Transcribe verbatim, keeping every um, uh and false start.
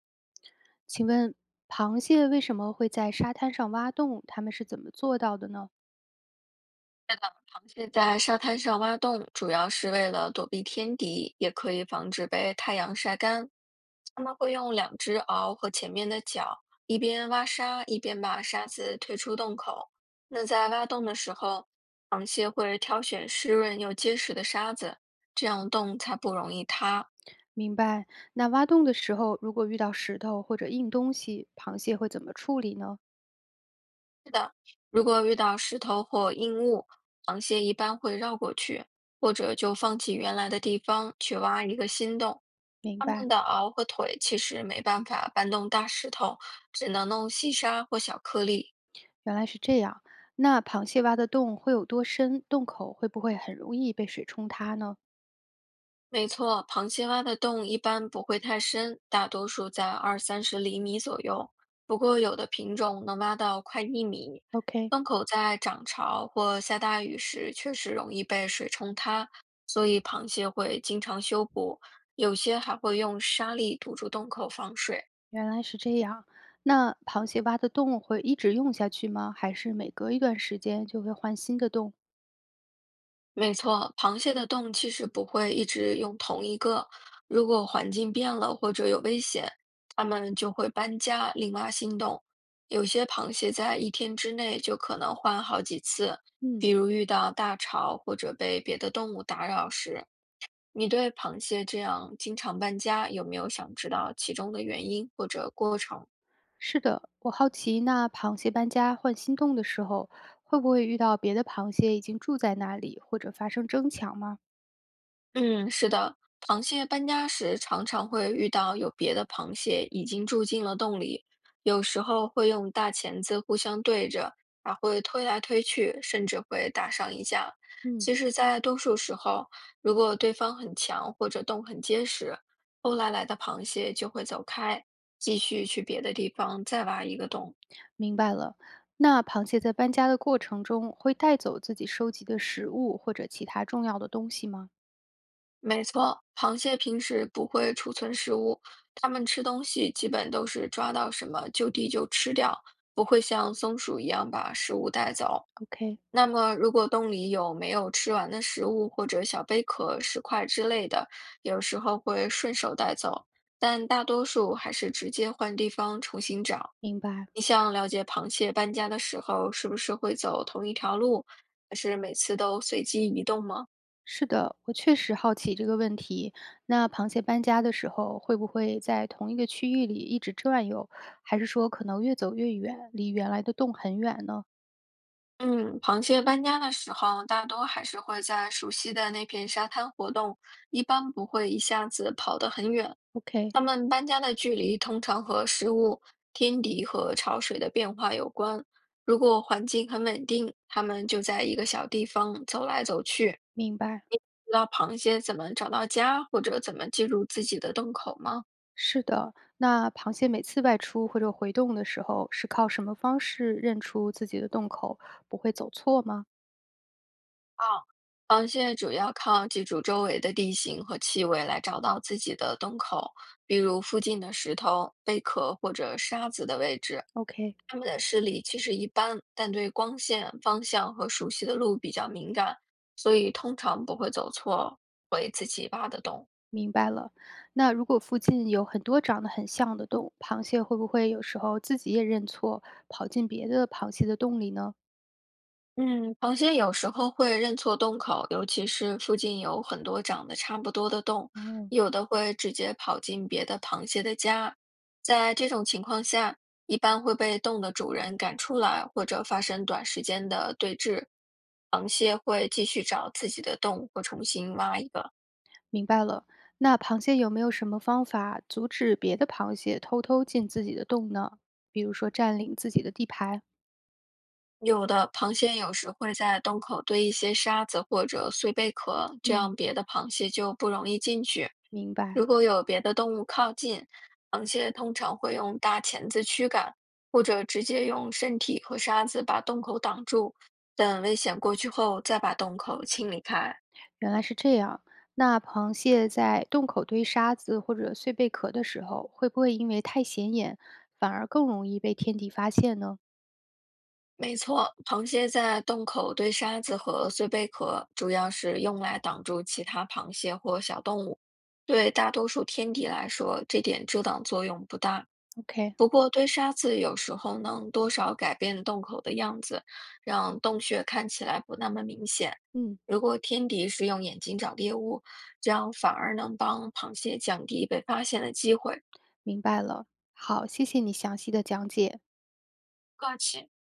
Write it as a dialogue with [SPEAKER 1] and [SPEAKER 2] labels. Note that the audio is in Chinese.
[SPEAKER 1] 请问螃蟹为什么会在沙滩上挖洞？它们是怎么做到的呢？
[SPEAKER 2] 是的，螃蟹在沙滩上挖洞，主要是为了躲避天敌，也可以防止被太阳晒干。它们会用两只螯和前面的脚，一边挖沙，一边把沙子推出洞口。那在挖洞的时候，螃蟹会挑选湿润又结实的沙子，这样洞才不容易塌。
[SPEAKER 1] 明白。那挖洞的时候，如果遇到石头或者硬东西，螃蟹会怎么处理呢？
[SPEAKER 2] 如果遇到石头或硬物，螃蟹一般会绕过去，或者就放弃原来的地方去挖一个新洞。
[SPEAKER 1] 明
[SPEAKER 2] 它
[SPEAKER 1] 白，
[SPEAKER 2] 们的螯和腿其实没办法搬动大石头，只能弄细沙或小颗粒。
[SPEAKER 1] 原来是这样。那螃蟹挖的洞会有多深？洞口会不会很容易被水冲塌呢
[SPEAKER 2] 没错，螃蟹挖的洞一般不会太深，大多数在二三十厘米左右。不过有的品种能挖到快一米。
[SPEAKER 1] ？OK，
[SPEAKER 2] 洞口在涨潮或下大雨时确实容易被水冲塌，所以螃蟹会经常修补，有些还会用沙粒堵住洞口防水。
[SPEAKER 1] 原来是这样。那螃蟹挖的洞会一直用下去吗？还是每隔一段时间就会换新的洞？
[SPEAKER 2] 没错，螃蟹的洞其实不会一直用同一个，如果环境变了或者有危险，它们就会搬家，另挖新洞。有些螃蟹在一天之内就可能换好几次，
[SPEAKER 1] 嗯。
[SPEAKER 2] 比如遇到大潮或者被别的动物打扰时。你对螃蟹这样经常搬家，有没有想知道其中的原因或者过程？
[SPEAKER 1] 是的，我好奇，那螃蟹搬家换新洞的时候，会不会遇到别的螃蟹已经住在那里，或者发生争抢吗？
[SPEAKER 2] 嗯，是的，螃蟹搬家时常常会遇到有别的螃蟹已经住进了洞里，有时候会用大钳子互相对着，还会推来推去，甚至会打上一架。
[SPEAKER 1] 嗯，
[SPEAKER 2] 其实，在多数时候，如果对方很强或者洞很结实，后来来的螃蟹就会走开，继续去别的地方再挖一个洞。
[SPEAKER 1] 明白了。那螃蟹在搬家的过程中，会带走自己收集的食物或者其他重要的东西吗
[SPEAKER 2] 没错，螃蟹平时不会储存食物，它们吃东西基本都是抓到什么就地就吃掉，不会像松鼠一样把食物带走。
[SPEAKER 1] ？OK，
[SPEAKER 2] 那么，如果洞里有没有吃完的食物或者小贝壳、石块之类的，有时候会顺手带走，但大多数还是直接换地方重新找。
[SPEAKER 1] 明白。
[SPEAKER 2] 你想了解螃蟹搬家的时候是不是会走同一条路，还是每次都随机移动吗？
[SPEAKER 1] 是的，我确实好奇这个问题。那螃蟹搬家的时候，会不会在同一个区域里一直转悠，还是说可能越走越远，离原来的洞很远呢
[SPEAKER 2] 嗯，螃蟹搬家的时候，大多还是会在熟悉的那片沙滩活动，一般不会一下子跑得很远。
[SPEAKER 1] ？OK，
[SPEAKER 2] 它们搬家的距离通常和食物、天敌和潮水的变化有关。如果环境很稳定，它们就在一个小地方走来走去。
[SPEAKER 1] 明白。
[SPEAKER 2] 你知道螃蟹怎么找到家，或者怎么进入自己的洞口吗？
[SPEAKER 1] 是的，那螃蟹每次外出或者回洞的时候，是靠什么方式认出自己的洞口，不会走错吗
[SPEAKER 2] 啊，螃蟹主要靠记住周围的地形和气味来找到自己的洞口，比如附近的石头、贝壳或者沙子的位置。
[SPEAKER 1] ？OK，
[SPEAKER 2] 它们的视力其实一般，但对光线、方向和熟悉的路比较敏感，所以通常不会走错回自己挖的洞。
[SPEAKER 1] 明白了。那如果附近有很多长得很像的洞，螃蟹会不会有时候自己也认错，跑进别的螃蟹的洞里呢？
[SPEAKER 2] 嗯，螃蟹有时候会认错洞口，尤其是附近有很多长得差不多的洞，
[SPEAKER 1] 哦，
[SPEAKER 2] 有的会直接跑进别的螃蟹的家。在这种情况下，一般会被洞的主人赶出来，或者发生短时间的对峙。螃蟹会继续找自己的洞或重新挖一个。
[SPEAKER 1] 明白了。那螃蟹有没有什么方法阻止别的螃蟹偷偷进自己的洞呢？比如说占领自己的地盘？
[SPEAKER 2] 有的螃蟹有时会在洞口堆一些沙子或者碎贝壳，这样
[SPEAKER 1] 嗯，
[SPEAKER 2] 别的螃蟹就不容易进去。
[SPEAKER 1] 明白。
[SPEAKER 2] 如果有别的动物靠近，螃蟹通常会用大钳子驱赶，或者直接用身体和沙子把洞口挡住，等危险过去后再把洞口清理开。
[SPEAKER 1] 原来是这样。那螃蟹在洞口堆沙子或者碎贝壳的时候，会不会因为太显眼，反而更容易被天敌发现呢
[SPEAKER 2] 没错，螃蟹在洞口堆沙子和碎贝壳，主要是用来挡住其他螃蟹或小动物。对大多数天敌来说，这点遮挡作用不大。
[SPEAKER 1] ？OK，
[SPEAKER 2] 不过堆沙子有时候能多少改变洞口的样子，让洞穴看起来不那么明显。
[SPEAKER 1] 嗯，
[SPEAKER 2] 如果天敌是用眼睛找猎物，这样反而能帮螃蟹降低被发现的机会。
[SPEAKER 1] 明白了。好，谢谢你详细的讲解。
[SPEAKER 2] 不客气。